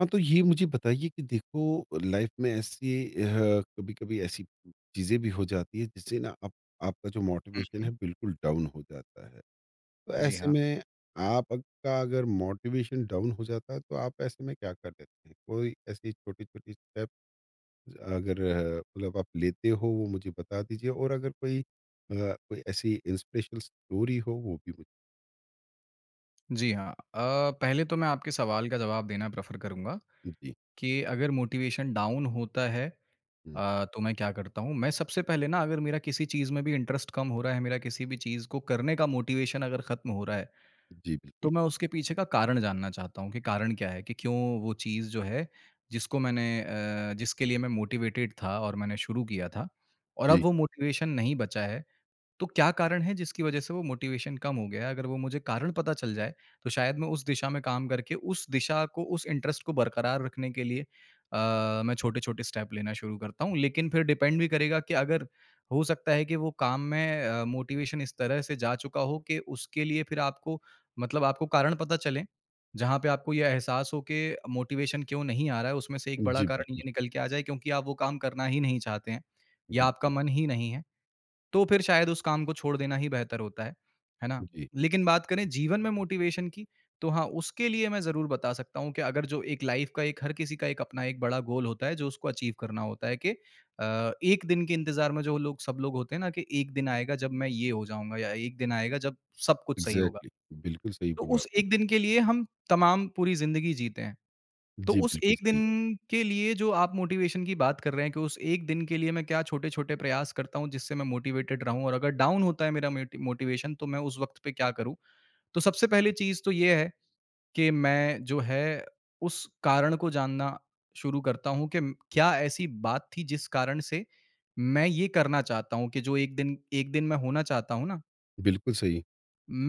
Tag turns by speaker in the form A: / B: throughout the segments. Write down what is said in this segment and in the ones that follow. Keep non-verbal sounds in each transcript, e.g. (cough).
A: हाँ, तो ये मुझे बताइए कि देखो लाइफ में ऐसी कभी-कभी ऐसी चीज़ें भी हो जाती है जिससे ना आप आपका जो मोटिवेशन है बिल्कुल डाउन हो जाता है। तो
B: जी
A: ऐसे
B: हाँ,
A: में आपका अगर मोटिवेशन डाउन हो जाता है तो आप ऐसे में क्या कर लेते हैं? कोई ऐसी छोटी-छोटी स्टेप्स अगर मतलब आप लेते हो वो मुझे बता दीजिए और अगर कोई ऐसी इंस्पिरेशनल स्टोरी हो वो भी मुझे
B: जी हाँ। अ, पहले तो मैं आपके सवाल का जवाब देना प्रेफ़र करूँगा
A: जी।
B: कि अगर मोटिवेशन डाउन होता है
A: हुँ,
B: तो मैं क्या करता हूँ? मैं सबसे पहले ना अगर मेरा किसी चीज़ में भी इंटरेस्ट कम हो रहा है, मेरा किसी भी चीज़ को करने का मोटिवेशन अगर ख़त्म हो रहा है,
A: जी
B: तो
A: बिल्कुल।
B: मैं उसके पीछे का कारण जानना चाहता हूँ कि कारण क्या है? कि क्यों वो चीज़ जो है, जिसको मैंने जिसके लिए मैं मोटिवेटेड था और मैंने शुरू किया था और अब
A: जी,
B: वो मोटिवेशन नहीं बचा है, तो क्या कारण है जिसकी वजह से वो मोटिवेशन कम हो गया है? अगर वो मुझे कारण पता चल जाए, तो शायद मैं उस दिशा में काम करके उस दिशा को, उस इंटरेस्ट को बरकरार रखने के लिए मैं छोटे-छोटे स्टेप लेना शुरू करता हूँ। लेकिन फिर डिपेंड भी करेगा कि अगर हो सकता है कि वो काम में मोटिवेशन इस तरह से जा चुका हो कि उसके लिए फिर आपको, मतलब आपको कारण पता चले, जहाँ पे आपको ये एहसास हो कि मोटिवेशन क्यों नहीं आ रहा है, उसमें से एक बड़ा
A: जी
B: कारण
A: बिल्कुल,
B: ये निकल के आ जाए क्योंकि आप वो काम करना ही नहीं चाहते हैं या आपका
A: बिल्कुल।
B: मन ही नहीं है। तो फिर शायद उस काम को छोड़ देना ही बेहतर होता है ना?
A: जी।
B: लेकिन बात करें जीवन में मोटिवेशन की, तो हाँ, उसके लिए मैं ज़रूर बता सकता हूँ कि अगर जो एक लाइफ़ का, एक हर किसी का एक अपना एक बड़ा गोल होता है, जो उसको अचीव करना होता है कि एक दिन के इंतज़ार में जो लोग, सब लोग होते हैं ना कि एक दिन आएगा जब मैं ये हो जाऊँगा या एक दिन आएगा जब सब कुछ सही होगा।
A: एग्ज़ैक्टली, बिल्कुल सही
B: तो
A: बोला
B: उस
A: आपने।
B: एक दिन के लिए हम तमाम पूरी ज़िंदगी जीते हैं। तो
A: जी,
B: उस
A: बिल्कुल
B: एक
A: सही,
B: दिन के लिए जो आप मोटिवेशन की बात कर रहे हैं कि उस एक दिन के लिए मैं क्या छोटे-छोटे प्रयास करता हूँ जिससे मैं मोटिवेटेड रहूँ, और अगर डाउन होता है मेरा मोटिवेशन, तो मैं उस वक़्त पे क्या करूँ? तो सबसे पहली चीज़ तो ये है कि मैं, जो है, उस कारण को जानना शुरू करता हूँ कि क्या ऐसी बात थी जिस कारण से मैं ये करना चाहता हूँ कि जो एक दिन एक दिन मैं होना चाहता हूँ ना,
A: बिल्कुल सही।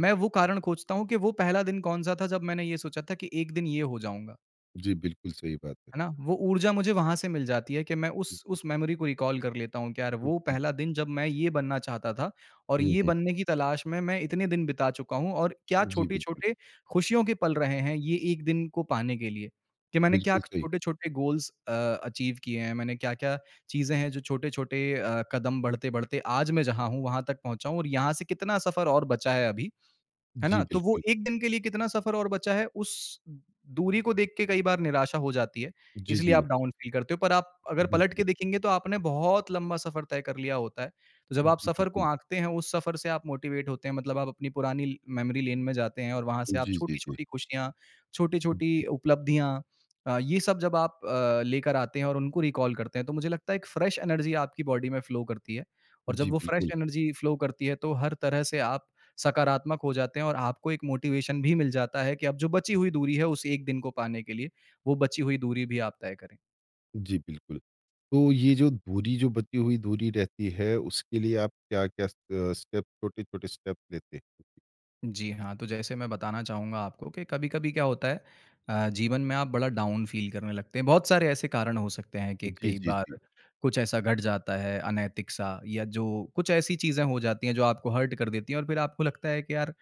B: मैं वो कारण खोजता हूँ कि वो पहला दिन कौन-सा था जब मैंने ये सोचा था कि एक दिन ये हो जाऊँगा।
A: जी, बिल्कुल सही बात है।
B: है ना? वो ऊर्जा मुझे वहाँ से मिल जाती है कि मैं उस
A: जी,
B: उस मेमोरी को रिकॉल कर लेता हूँ कि यार वो
A: जी,
B: पहला दिन जब मैं ये बनना चाहता था और
A: हुँ,
B: ये
A: हुँ।
B: बनने की तलाश में मैं इतने दिन बिता चुका हूँ और क्या
A: जी, बिल्कुल,
B: छोटे-छोटे खुशियों के पल रहे हैं ये एक दिन को पाने के लिए। कि मैंने क्या
A: बिल्कुल सही।
B: छोटे-छोटे गोल्स अचीव किए हैं, मैंने क्या-क्या चीज़ें हैं जो छोटे-छोटे कदम बढ़ते-बढ़ते आज मैं जहाँ हूँ वहाँ तक पहुँचा हूँ और यहाँ से कितना सफ़र और बचा है अभी। है
A: जी,
B: ना? तो वो
A: बिल्कुल।
B: एक दिन के लिए कितना सफ़र और बचा है, उस दूरी को देख के कई बार निराशा हो जाती है,
A: जी,
B: इसलिए
A: जी,
B: आप डाउन फ़ील करते हो। पर आप अगर पलट के
A: बिल्कुल।
B: देखेंगे, तो आपने बहुत लंबा सफ़र तय कर लिया होता है। तो जब आप
A: जी,
B: सफ़र को
A: बिल्कुल।
B: आँकते हैं, उस सफ़र से आप मोटिवेट होते हैं, मतलब आप अपनी पुरानी ल मेमोरी लेन में जाते हैं और वहाँ से आप
A: जी, जी, जी।
B: छोटी-छोटी खुशियाँ, छोटी-छोटी
A: जी,
B: उपलब्धियाँ, ये सब जब आप लेकर आते हैं और उनको रिकॉल करते हैं, तो मुझे लगता है एक फ्रेश एनर्जी आपकी बॉडी में फ़्लो करती है, और जब
A: जी,
B: वो फ्रेश
A: बिल्कुल।
B: एनर्जी फ़्लो करती है, तो हर तरह से आप सकारात्मक हो जाते हैं और आपको एक मोटिवेशन भी मिल जाता है कि अब जो बची हुई दूरी है उस एक दिन को पाने के लिए, वो बची हुई दूरी भी आप तय करें।
A: जी, बिल्कुल। तो ये जो दूरी जो बची हुई दूरी रहती है, उसके लिए आप क्या-क्या स्टेप छोटे-छोटे स्टेप लेते हैं?
B: जी हाँ, तो जैसे मैं बताना चाहूँगा आपको कि कभी-कभी क्या होता है, जीवन में आप बड़ा डाउन फ़ील करने लगते हैं। बहुत सारे ऐसे कारण हो सकते हैं कि
A: जी,
B: कई
A: जी,
B: बार
A: जी।
B: कुछ ऐसा घट जाता है अनैतिक सा, या जो कुछ ऐसी चीज़ें हो जाती हैं जो आपको हर्ट कर देती हैं और फिर आपको लगता है कि यार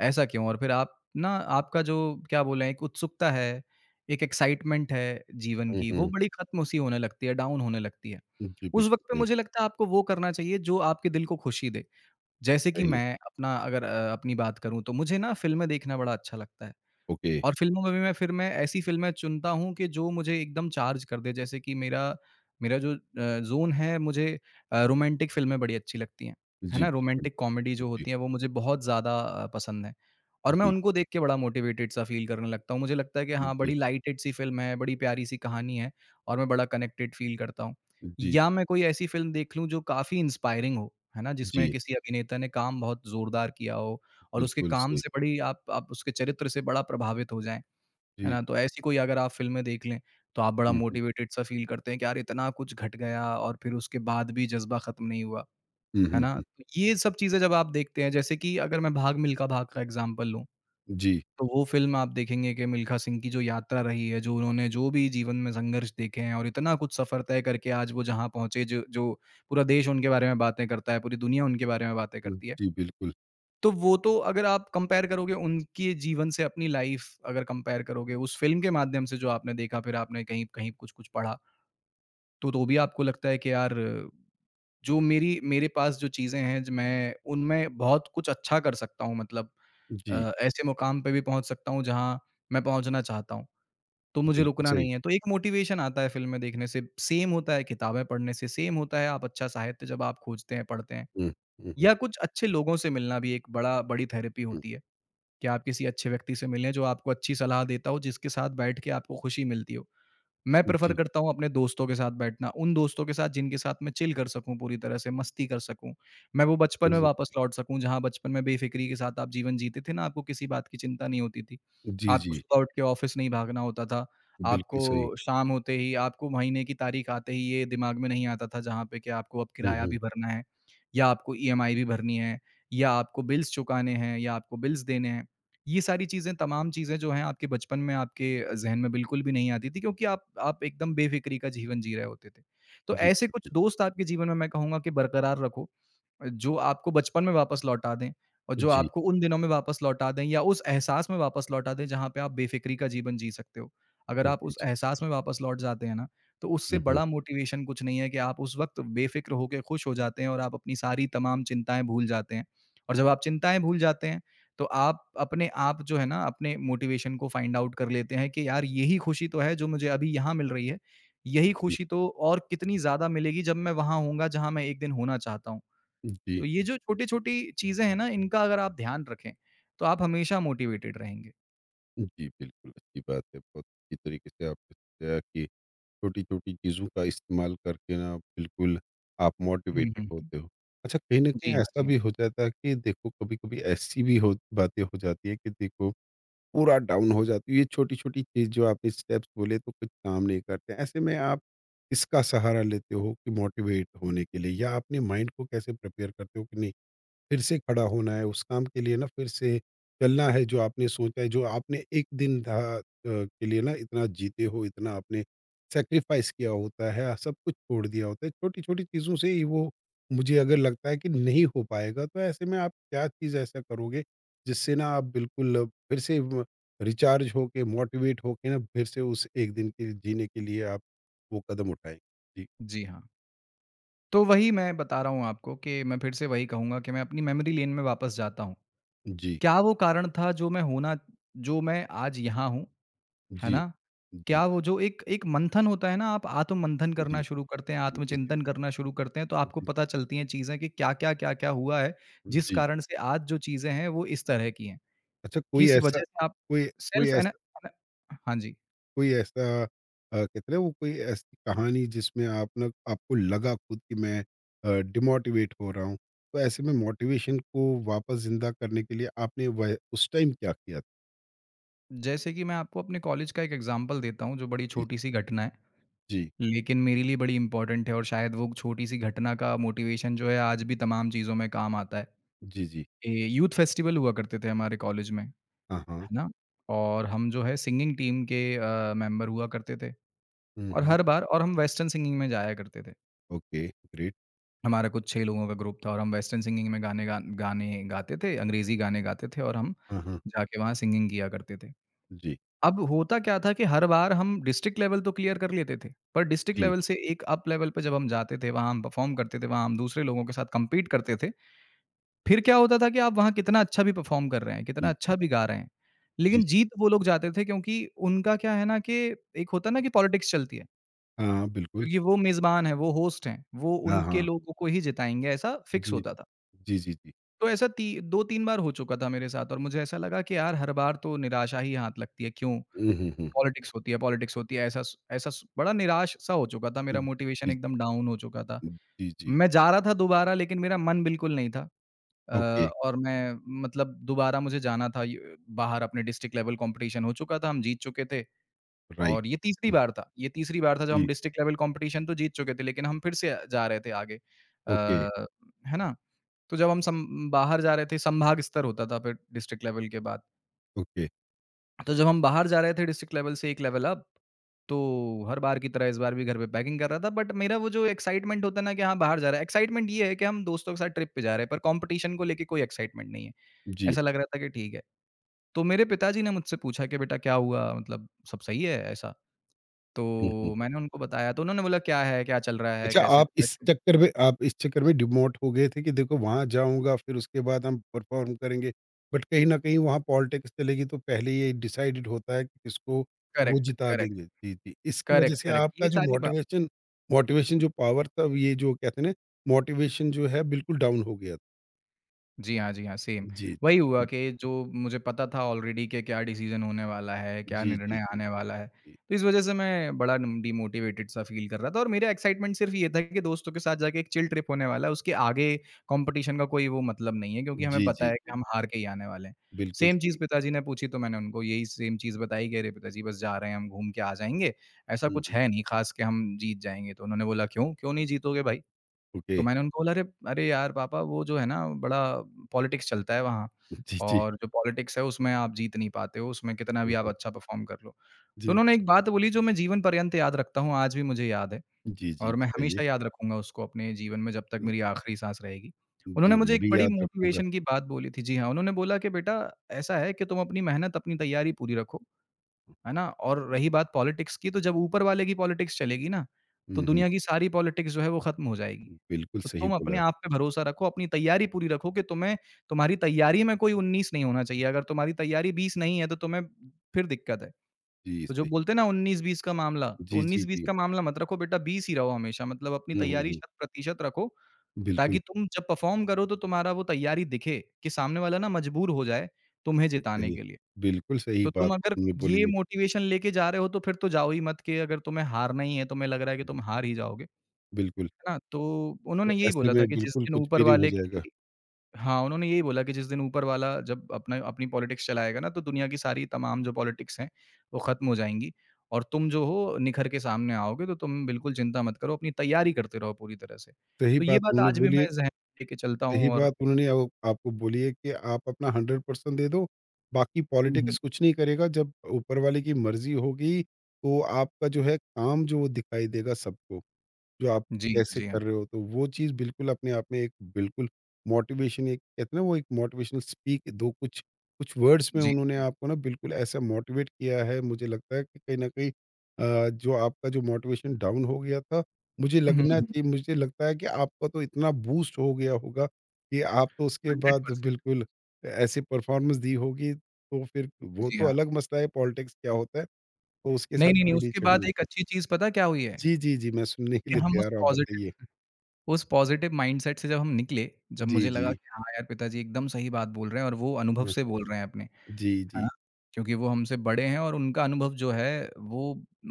B: ऐसा क्यों? और फिर आप ना, आपका जो, क्या बोलें, एक उत्सुकता है, एक एक्साइटमेंट है जीवन
A: हुँ,
B: की, वो
A: हुँ।
B: बड़ी ख़त्म-सी होने लगती है, डाउन होने लगती है।
A: जी,
B: उस
A: बिल्कुल
B: वक़्त पे
A: सही,
B: मुझे लगता है आपको वो करना चाहिए जो आपके दिल को खुशी दे। जैसे कि
A: सही।
B: मैं अपना अगर अपनी बात करूँ, तो मुझे ना फ़िल्में देखना बड़ा अच्छा लगता है।
A: ओके।
B: और फ़िल्मों में भी मैं, फिर मैं ऐसी फ़िल्में चुनता हूँ कि जो मुझे एकदम चार्ज कर दे, जैसे कि मेरा मेरा जो ज़ोन है, मुझे रोमांटिक फ़िल्में बड़ी अच्छी लगती हैं, है
A: जी,
B: ना?
A: बिल्कुल।
B: रोमांटिक कॉमेडी जो
A: जी,
B: होती है वो मुझे बहुत ज़्यादा पसंद है और मैं
A: जी,
B: उनको देख के बड़ा मोटिवेटेड सा फ़ील करने लगता हूँ। मुझे लगता है कि हाँ, बड़ी
A: जी,
B: लाइटेड सी फ़िल्म है, बड़ी प्यारी सी कहानी है और मैं बड़ा कनेक्टेड फ़ील करता हूँ।
A: जी।
B: या मैं कोई ऐसी फ़िल्म देख लूँ जो काफ़ी इंस्पायरिंग हो, है ना? जिसमें
A: जी,
B: किसी अभिनेता ने काम बहुत ज़ोरदार किया हो और उसके
A: बिल्कुल
B: काम
A: सही।
B: से बड़ी आप उसके चरित्र से बड़ा प्रभावित हो जाएँ, है
A: जी।
B: ना? तो ऐसी कोई अगर आप फ़िल्में देख लें, तो आप बड़ा
A: हुँ, हुँ।
B: मोटिवेटेड सा फ़ील करते हैं कि यार इतना कुछ घट गया और फिर उसके बाद भी जज़्बा ख़त्म नहीं हुआ,
A: हुँ,
B: है
A: हुँ,
B: ना?
A: हुँ।
B: तो ये सब चीज़ें जब आप देखते हैं, जैसे कि अगर मैं भाग मिल्खा भाग का एग्ज़ाम्पल लूँ,
A: जी,
B: तो वो फ़िल्म आप देखेंगे कि मिल्खा सिंह की जो यात्रा रही है, जो उन्होंने जो भी जीवन में संघर्ष देखे हैं और इतना कुछ सफ़र तय करके आज वो जहाँ पहुँचे, जो जो पूरा देश उनके बारे में बातें करता है, पूरी दुनिया उनके बारे में बातें
A: हुँ,
B: करती है।
A: जी, बिल्कुल।
B: तो वो तो अगर आप कंपेयर करोगे उनके जीवन से, अपनी लाइफ अगर कंपेयर करोगे उस फ़िल्म के माध्यम से जो आपने देखा, फिर आपने कहीं-कहीं कुछ-कुछ पढ़ा, तो भी आपको लगता है कि यार जो मेरी मेरे पास जो चीज़ें हैं, ज मैं उनमें बहुत कुछ अच्छा कर सकता हूँ, मतलब
A: जी,
B: ऐसे मुकाम पे भी पहुँच सकता हूँ जहाँ मैं पहुँचना चाहता हूँ, तो मुझे
A: बिल्कुल
B: रुकना
A: सही।
B: नहीं है। तो एक मोटिवेशन आता है फ़िल्में देखने से, सेम होता है किताबें पढ़ने से, सेम होता है आप अच्छा साहित्य जब आप खोजते हैं, पढ़ते हैं,
A: हुँ, हुँ, हुँ,
B: या कुछ अच्छे लोगों से मिलना भी एक बड़ा बड़ी थेरेपी
A: हुँ।
B: होती है। कि आप किसी अच्छे व्यक्ति से मिलें जो आपको अच्छी सलाह देता हो, जिसके साथ बैठ के आपको खुशी मिलती हो। मैं प्रेफ़र
A: जी,
B: करता हूँ अपने दोस्तों के साथ बैठना, उन दोस्तों के साथ जिनके साथ मैं चिल कर सकूँ पूरी तरह से, मस्ती कर सकूँ। मैं वो बचपन में
A: ज़
B: वापस लौट सकूँ, जहाँ बचपन में बेफ़िक्री के साथ आप जीवन जीते थे ना, आपको किसी बात की चिंता नहीं होती थी।
A: जी,
B: आपको
A: जी,
B: सुबह उठ के ऑफ़िस नहीं भागना होता था,
A: बिल्कुल सही।
B: आपको शाम होते ही, आपको महीने की तारीख़ आते ही ये दिमाग में नहीं आता था, जहाँ पे कि आपको अब
A: हुँ,
B: किराया
A: हुँ।
B: भी भरना है या आपको ईएमआई भी भरनी है या आपको बिल्स चुकाने हैं या आपको बिल्स देने हैं। ये सारी चीज़ें, तमाम चीज़ें जो हैं, आपके बचपन में आपके ज़हन में बिल्कुल भी नहीं आती थी, क्योंकि आप एकदम बेफ़िक्री का जीवन जी रहे होते थे। तो
A: जी,
B: ऐसे कुछ दोस्त आपके जीवन में, मैं कहूँगा कि बरकरार रखो, जो आपको बचपन में वापस लौटा दें और जो
A: जी,
B: आपको उन दिनों में वापस लौटा दें, या उस एहसास में वापस लौटा दें जहाँ पे आप बेफ़िक्री का जीवन जी सकते हो। अगर
A: जी,
B: आप उस
A: जी।
B: एहसास में वापस लौट जाते हैं ना, तो उससे
A: हुँ, हुँ।
B: बड़ा मोटिवेशन कुछ नहीं है कि आप उस वक़्त बेफ़िक्र होके खुश हो जाते हैं और आप अपनी सारी तमाम चिंताएँ भूल जाते हैं। और जब आप चिंताएँ भूल जाते हैं, तो आप अपने आप, जो है ना, अपने मोटिवेशन को फाइंड आउट कर लेते हैं कि यार यही खुशी तो है जो मुझे अभी यहाँ मिल रही है। यही
A: जी,
B: खुशी तो और कितनी ज़्यादा मिलेगी जब मैं वहाँ होऊँगा जहाँ मैं एक दिन होना चाहता हूँ। तो
A: जी,
B: ये जो छोटी-छोटी चीज़ें हैं ना, इनका अगर आप ध्यान रखें, तो आप हमेशा मोटिवेटेड रहेंगे।
A: जी, बिल्कुल अच्छी बात है। बहुत अच्छी तरीके से आपने बताया कि छोटी-छोटी चीज़ों का इस्तेमाल करके ना बिल्कुल आप
B: हुँ,
A: मोटिवेटेड
B: हुँ, हुँ।
A: होते हो। अच्छा, कहीं न
B: जी
A: कहीं
B: हाँ,
A: ऐसा
B: जी हाँ।
A: भी हो जाता है कि देखो कभी-कभी ऐसी भी हो बातें हो जाती है कि देखो पूरा डाउन हो जाती है। ये छोटी-छोटी चीज़ जो आपने स्टेप्स बोले तो कुछ काम नहीं करते। ऐसे में आप किसका सहारा लेते हो कि मोटिवेट होने के लिए या अपने माइंड को कैसे प्रिपेयर करते हो कि नहीं फिर से खड़ा होना है, उस काम के लिए ना फिर से चलना है जो आपने सोचा है, जो आपने एक दिन था के लिए ना इतना जीते हो, इतना आपने सैक्रिफाइस किया होता है, सब कुछ छोड़ दिया होता है। छोटी-छोटी चीज़ों से ही वो मुझे अगर लगता है कि नहीं हो पाएगा, तो ऐसे में आप क्या चीज़ ऐसा करोगे, जिससे ना आप बिल्कुल फिर से व रिचार्ज होके, मोटिवेट होके ना फिर से उस एक दिन के जीने के लिए आप वो कदम उठाएँ? जी,
B: जी हाँ। तो वही मैं बता रहा हूँ आपको कि मैं फिर से वही कहूँगा कि मैं अपनी मेमोरी लेन में वापस जाता हूँ।
A: जी,
B: क्या वो कारण था, जो मैं आज यहाँ हूँ, है
A: जी।
B: ना?
A: जी, जी,
B: क्या वो जो एक एक मंथन होता है ना, आप आत्म-मंथन करना शुरू करते हैं,
A: जी,
B: आत्मचिंतन करना शुरू करते हैं, तो
A: जी,
B: आपको
A: जी,
B: पता चलती हैं चीज़ें कि क्या-क्या, क्या-क्या हुआ है, जिस
A: जी।
B: कारण से आज जो चीज़ें हैं, वो इस तरह की हैं।
A: अच्छा,
B: किस वजह से आप
A: कोई कोई
B: सेल्फ एना
A: ऐसा
B: एना हाँ जी।
A: कोई ऐसा कहते हैं वो कोई ऐसी कहानी जिसमें आप ना आपको लगा खुद कि मैं डिमोटिवेट हो रहा हूँ। तो ऐसे में मोटिवेशन को वापस ज़िंदा करने के लिए आपने वह उस टाइम क्या किया?
B: जैसे कि मैं आपको अपने कॉलेज का एक एग्ज़ाम्पल देता हूँ जो बड़ी
A: जी, जी।
B: छोटी-सी घटना है,
A: जी,
B: लेकिन मेरे लिए बड़ी इम्पोर्टेंट है और शायद वो छोटी-सी घटना का मोटिवेशन जो है आज भी तमाम चीज़ों में काम आता है।
A: जी, जी।
B: ये यूथ फेस्टिवल हुआ करते थे हमारे कॉलेज में, है
A: हाँ, हाँ।
B: ना? और हम जो है सिंगिंग टीम के मेंबर हुआ करते थे
A: हुँ,
B: और
A: हुँ।
B: हर बार और हम वेस्टर्न सिंगिंग में जाया करते थे।
A: Okay, great.
B: हमारा कुछ 6 लोगों का ग्रुप था और हम वेस्टर्न सिंगिंग में गाने गाते थे, अंग्रेज़ी गाने गाते थे और हम
A: हाँ, हाँ।
B: जाके वहाँ सिंगिंग किया करते थे।
A: जी,
B: अब होता क्या था कि हर बार हम डिस्ट्रिक्ट लेवल तो क्लियर कर लेते थे, पर डिस्ट्रिक्ट
A: जी,
B: लेवल से एक अप लेवल पे जब हम जाते थे, वहाँ हम परफ़ॉर्म करते थे, वहाँ हम दूसरे लोगों के साथ कम्पीट करते थे। फिर क्या होता था कि आप वहाँ कितना अच्छा भी परफ़ॉर्म कर रहे हैं, कितना
A: जी, जी,
B: अच्छा भी गा रहे हैं,
A: जी,
B: लेकिन
A: सही।
B: जीत वो लोग जाते थे क्योंकि उनका क्या है ना कि एक होता है ना कि पॉलिटिक्स चलती है,
A: हाँ, हाँ, बिल्कुल।
B: क्योंकि वो मेज़बान हैं, वो होस्ट हैं, वो
A: हाँ,
B: उनके
A: हाँ।
B: लोगों को ही जिताएँगे, ऐसा फिक्स
A: जी,
B: होता था।
A: जी, जी, जी।
B: तो ऐसा ती 2-3 बार हो चुका था मेरे साथ और मुझे ऐसा लगा कि यार हर बार तो निराशा ही हाथ लगती है, क्यों?
A: हुँ, हुँ, हुँ, हुँ।
B: पॉलिटिक्स होती है, ऐसा स बड़ा निराश सा हो चुका था,
A: हुँ,
B: मेरा मोटिवेशन
A: जी, जी,
B: एकदम डाउन हो चुका था।
A: हुँ, जी, जी।
B: मैं जा रहा था दोबारा लेकिन मेरा मन बिल्कुल नहीं था। अ,
A: ओके,
B: और मैं मतलब दोबारा मुझे जाना था य बाहर। अपने डिस्ट्रिक्ट लेवल कॉम्पिटिशन हो चुका था, हम जीत चुके थे
A: राइट।
B: और ये तीसरी
A: हुँ,
B: बार था ये तीसरी बार था जब हम
A: जी।
B: डिस्ट्रिक्ट लेवल कॉम्पिटिशन तो जीत चुके थे, लेकिन हम फिर से जा रहे थे आगे।
A: ओके,
B: है ना? तो जब हम सम बाहर जा रहे थे संभाग स्तर होता था फिर डिस्ट्रिक्ट लेवल के बाद।
A: ओके।
B: तो जब हम बाहर जा रहे थे डिस्ट्रिक्ट लेवल से 1 लेवल अप, तो हर बार की तरह इस बार भी घर पे पैकिंग कर रहा था, बट मेरा वो जो एक्साइटमेंट होता है ना कि हाँ बाहर जा रहा है, एक्साइटमेंट ये है कि हम दोस्तों के साथ ट्रिप पे जा रहे हैं, पर कंपटीशन को लेके कोई एक्साइटमेंट नहीं है।
A: जी।
B: ऐसा लग रहा था कि ठीक है। तो मेरे पिताजी ने मुझसे पूछा कि बेटा क्या हुआ, मतलब सब सही है ऐसा। तो
A: हुँ, हुँ।
B: मैंने उनको बताया, तो उन्होंने बोला क्या है, क्या चल रहा है,
A: अच्छा
B: कैसे?
A: आप इस चक्कर में डिमोट हो गए थे कि देखो वहाँ जाऊँगा फिर उसके बाद हम परफ़ॉर्म करेंगे। बट कहीं न कहीं वहाँ पॉलिटिक्स चलेगी तो पहले ये डिसाइडेड होता है कि किसको वो
B: करेक्ट,
A: जिता
B: करेक्ट,
A: देंगे। जी, जी। इसकी वजह
B: करेक्ट,
A: से
B: करेक्ट, ये
A: आपका जो
B: सारी
A: मोटिवेशन मोटिवेशन जो पावर था ये जो कहते हैं ना मोटिवेशन जो है बिल्कुल डाउन हो गया। था।
B: जी हाँ, जी हाँ, सेम।
A: जी।
B: वही हुआ कि जो मुझे पता था ऑलरेडी कि क्या डिसीज़न होने वाला है, क्या
A: जी, जी,
B: निर्णय
A: जी,
B: आने वाला है।
A: जी।
B: तो इस वजह से मैं बड़ा डम डिमोटिवेटेड सा फ़ील कर रहा था और मेरा एक्साइटमेंट सिर्फ़ ये था कि दोस्तों के साथ जाके एक चिल ट्रिप होने वाला है, उसके आगे कॉम्पिटिशन का कोई वो मतलब नहीं है क्योंकि हमें
A: जी,
B: पता
A: जी,
B: है कि
A: जी।
B: हम हार के ही आने वाले हैं।
A: बिल्कुल
B: सेम चीज़
A: सही।
B: पिताजी ने पूछी तो मैंने उनको यही सेम चीज़ बताई कि अरे पिताजी, बस जा रहे हैं, हम घूम के आ जाएँगे, ऐसा
A: हुँ,
B: कुछ
A: हुँ।
B: है नहीं ख़ास कि हम जीत जाएँगे। तो उन्होंने बोला क्यों? क्यों नहीं जीतोगे भाई?
A: ओके।
B: तो मैंने उनको बोला, "अरे अरे यार पापा, वो जो है ना बड़ा पॉलिटिक्स चलता है वहाँ,
A: (laughs) जी, जी।
B: और जो पॉलिटिक्स है उसमें आप जीत नहीं पाते हो, उसमें कितना भी
A: हुँ,
B: आप
A: हुँ।
B: अच्छा परफ़ॉर्म कर लो।" तो
A: जी।
B: उन्होंने एक बात बोली जो मैं जीवन पर्यंत याद रखता हूँ, आज भी मुझे याद है
A: जी, जी
B: और मैं
A: बताइए।
B: हमेशा याद रखूँगा उसको अपने जीवन में जब तक
A: अ,
B: मेरी आखिरी साँस रहेगी। उन्होंने
A: जी,
B: मुझे
A: मैं
B: एक
A: भी
B: बड़ी
A: याद रखूँगा।
B: मोटिवेशन की बात बोली थी। जी हाँ, उन्होंने बोला कि बेटा, ऐसा है कि तुम अपनी मेहनत, अपनी तैयारी पूरी रखो, है ना? और रही बात पॉलिटिक्स की, तो जब ऊपर वाले की पॉलिटिक्स चलेगी ना, तो
A: हुँ, हुँ,
B: दुनिया की सारी पॉलिटिक्स जो है वो खत्म हो जाएगी।
A: हुँ, बिल्कुल
B: तो
A: सही
B: तुम अपने
A: बोला।
B: आप पे भरोसा रखो, अपनी तैयारी पूरी रखो कि तुम्हें तुम्हारी तैयारी में कोई 19 नहीं होना चाहिए। अगर तुम्हारी तैयारी 20 नहीं है, तो तुम्हें फिर दिक्कत है।
A: जी,
B: तो जो
A: सही
B: बोलते हैं ना
A: बात।
B: 19-20 का मामला, तो
A: जी, जी,
B: 19-20
A: जी।
B: का मामला मत रखो बेटा, 20 ही रहो हमेशा। मतलब अपनी
A: हुँ, हुँ,
B: तैयारी
A: हुँ।
B: शत-प्रतिशत रखो,
A: बिल्कुल
B: ताकि तुम जब परफ़ॉर्म करो, तो तुम्हारा वो तैयारी दिखे कि सामने वाला ना मजबूर हो जाए तुम्हें जिताने
A: सही,
B: के लिए।
A: बिल्कुल सही
B: तो तुम
A: बात
B: अगर
A: तुमने बोली
B: ये
A: है।
B: मोटिवेशन लेके जा रहे हो, तो फिर तो जाओ ही मत, कि अगर तुम्हें हारना ही है, तो तुम्हें लग रहा है कि
A: हुँ,
B: तुम हार ही जाओगे,
A: बिल्कुल,
B: है ना? तो
A: तो
B: उन्होंने यही
A: ऐसे
B: बोला था
A: में
B: कि जिस
A: बिल्कुल
B: दिन
A: कुछ
B: ऊपर
A: भी नहीं हो
B: वाले
A: जाएगा।
B: की, हाँ, उन्होंने यही बोला कि जिस दिन ऊपर वाला जब अपना अपनी पॉलिटिक्स चलाएगा ना, तो दुनिया की सारी तमाम जो पॉलिटिक्स हैं, वो ख़त्म हो जाएँगी और तुम जो हो निखर के सामने आओगे, तो तुम बिल्कुल चिंता मत करो, अपनी तैयारी करते रहो पूरी तरह से।
A: सही
B: तो ये
A: बात
B: बात
A: उन्होंने
B: आज भी
A: बोली है
B: मैं ज़हन में लेके चलता
A: सही
B: हूँ। और
A: बात उन्होंने आओ आपको बोली है कि आप अपना 100% दे दो, बाकी
B: हुँ, हुँ।
A: पॉलिटिक्स कुछ नहीं करेगा, जब ऊपर वाले की मर्ज़ी होगी, तो आपका जो है काम जो वो दिखाई देगा सबको। जो आप
B: जी हाँ,
A: कैसे
B: जी हाँ।
A: कर रहे हो, तो वो चीज़ बिल्कुल अपने आप में एक बिल्कुल मोटिवेशन एक कहते हैं ना वो एक मोटिवेशनल स्पीक दो कुछ कुछ वर्ड्स में
B: जी,
A: उन्होंने
B: जी।
A: आपको ना बिल्कुल ऐसा मोटिवेट किया है, मुझे लगता है कि कहीं न कहीं जो आपका जो मोटिवेशन डाउन हो गया था, मुझे
B: हुँ,
A: लगना
B: हुँ।
A: चाहिए मुझे लगता है कि आपका तो इतना बूस्ट हो गया होगा कि आप तो उसके बाद
B: 100%।
A: बिल्कुल ऐसी परफ़ॉर्मेंस दी होगी, तो फिर वो
B: जी
A: तो
B: हाँ।
A: अलग मसला है पॉलिटिक्स क्या होता है, तो उसके
B: नहीं,
A: साथ
B: नहीं, नहीं,
A: अभी नहीं
B: उसके बाद
A: छेड़ेंगे।
B: एक अच्छी चीज़ पता क्या हुई है?
A: जी, जी, जी, मैं सुनने के
B: कि
A: लिए
B: हम
A: तैयार हूँ, आप बताइए।
B: उस पॉज़िटिव माइंडसेट से जब हम निकले, जब
A: जी,
B: मुझे
A: जी।
B: लगा कि हाँ यार, पिताजी एकदम सही बात बोल रहे हैं और वो अनुभव
A: हाँ।
B: से बोल रहे हैं अपने।
A: जी,
B: है
A: जी,
B: ना? क्योंकि वो हमसे बड़े हैं और उनका अनुभव जो है वो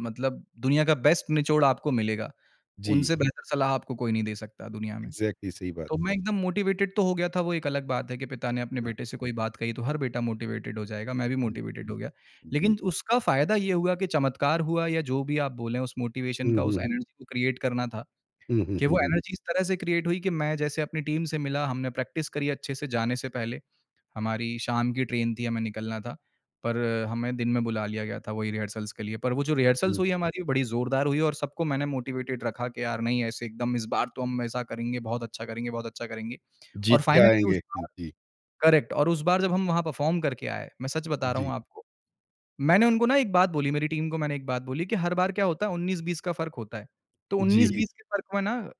B: मतलब दुनिया का बेस्ट निचोड़ आपको मिलेगा।
A: जी।
B: उनसे बेहतर सलाह आपको कोई नहीं दे सकता दुनिया में।
A: एग्ज़ैक्टली सही बात।
B: तो मैं एकदम मोटिवेटेड तो हो गया था, वो एक अलग बात है कि पिता ने अपने
A: हाँ।
B: बेटे से कोई बात कही तो हर बेटा मोटिवेटेड हो जाएगा, मैं भी मोटिवेटेड हो गया।
A: हुँ, जी।
B: लेकिन उसका फ़ायदा ये हुआ कि चमत्कार हुआ या जो भी आप बोलें, उस मोटिवेशन
A: हुँ,
B: का उस
A: हुँ,
B: एनर्जी को क्रिएट करना था,
A: हुँ, हुँ,
B: कि
A: हुँ,
B: वो
A: हुँ,
B: एनर्जी इस तरह से क्रिएट हुई कि मैं जैसे अपनी टीम से मिला, हमने प्रैक्टिस करी अच्छे से जाने से पहले। हमारी शाम की ट्रेन थी, हमें निकलना था, पर हमें दिन में बुला लिया गया था वही रिहर्सल्स के लिए। पर वो जो रिहर्सल्स
A: हुँ।
B: हुई हमारी बड़ी ज़ोरदार हुई और सबको मैंने मोटिवेटेड रखा कि यार नहीं, ऐसे एकदम इस बार तो हम ऐसा करेंगे, बहुत अच्छा करेंगे, बहुत अच्छा करेंगे। और
A: जीत के
B: फाइनली उस
A: आएँगे।
B: बार,
A: जी,
B: करेक्ट, और उस बार जब हम वहाँ परफॉर्म करके आए, मैं सच बता रहा हूँ
A: जी,
B: आपको, मैंने उनको ना एक बात बोली, मेरी टीम को मैंने एक बात बोली कि हर बार क्या होता है 19-20 का फ़र्क होता है। तो
A: जी,
B: 19-20 के फ़र्क में ना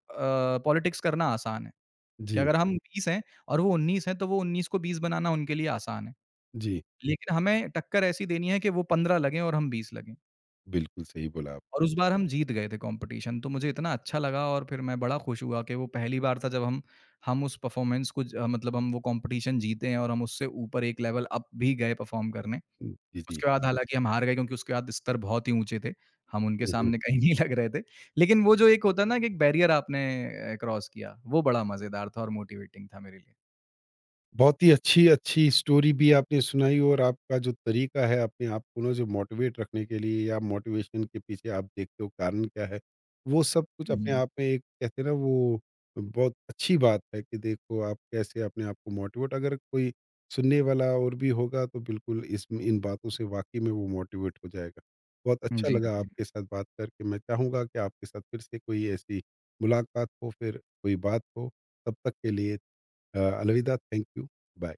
B: पॉलिटिक्स करना आसान है, कि
A: जी,
B: अगर हम 20 हैं और वो 19 हैं तो वो 19 को 20 बनाना उनके लिए आसान है।
A: जी।
B: लेकिन हमें टक्कर ऐसी देनी है कि वो 15 लगें और हम 20 लगें
A: बिल्कुल सही बोला
B: और
A: आपने।
B: उस बार हम जीत गए थे कॉम्पिटिशन, तो मुझे इतना अच्छा लगा और फिर मैं बड़ा खुश हुआ कि वो पहली बार था जब हम उस परफॉर्मेंस को ज मतलब हम वो कॉम्पिटिशन जीते हैं और हम उससे ऊपर एक लेवल अप भी गए परफॉर्म करने।
A: हुँ, जी, जी।
B: उसके बाद हालाँकि हम हार गए क्योंकि उसके बाद स्तर बहुत ही ऊँचे थे, हम उनके
A: हुँ, हुँ।
B: सामने कहीं (laughs) नहीं लग रहे थे। लेकिन वो
A: जी,
B: जो
A: जी।
B: एक होता है ना कि एक बैरियर आपने क्रॉस किया, वो बड़ा मज़ेदार था और मोटिवेटिंग था मेरे लिए।
A: बहुत ही अच्छी-अच्छी स्टोरी भी आपने सुनाई और आपका जो तरीका है अपने आप को ना जो मोटिवेट रखने के लिए या मोटिवेशन के पीछे आप देखते हो कारण क्या है, वो सब कुछ
B: हुँ,
A: अपने
B: हुँ।
A: आप में एक कहते हैं ना वो बहुत अच्छी बात है कि देखो आप कैसे अपने आप को मोटिवेट अगर कोई सुनने वाला और भी होगा तो बिल्कुल इस इन बातों से वाक़ई में वो मोटिवेट हो जाएगा। बहुत अच्छा
B: जी।
A: लगा आपके साथ बात करके, मैं चाहूँगा कि आपके साथ फिर से कोई ऐसी मुलाकात हो, फिर कोई बात हो। तब तक के लिए Alvida, thank you. Bye.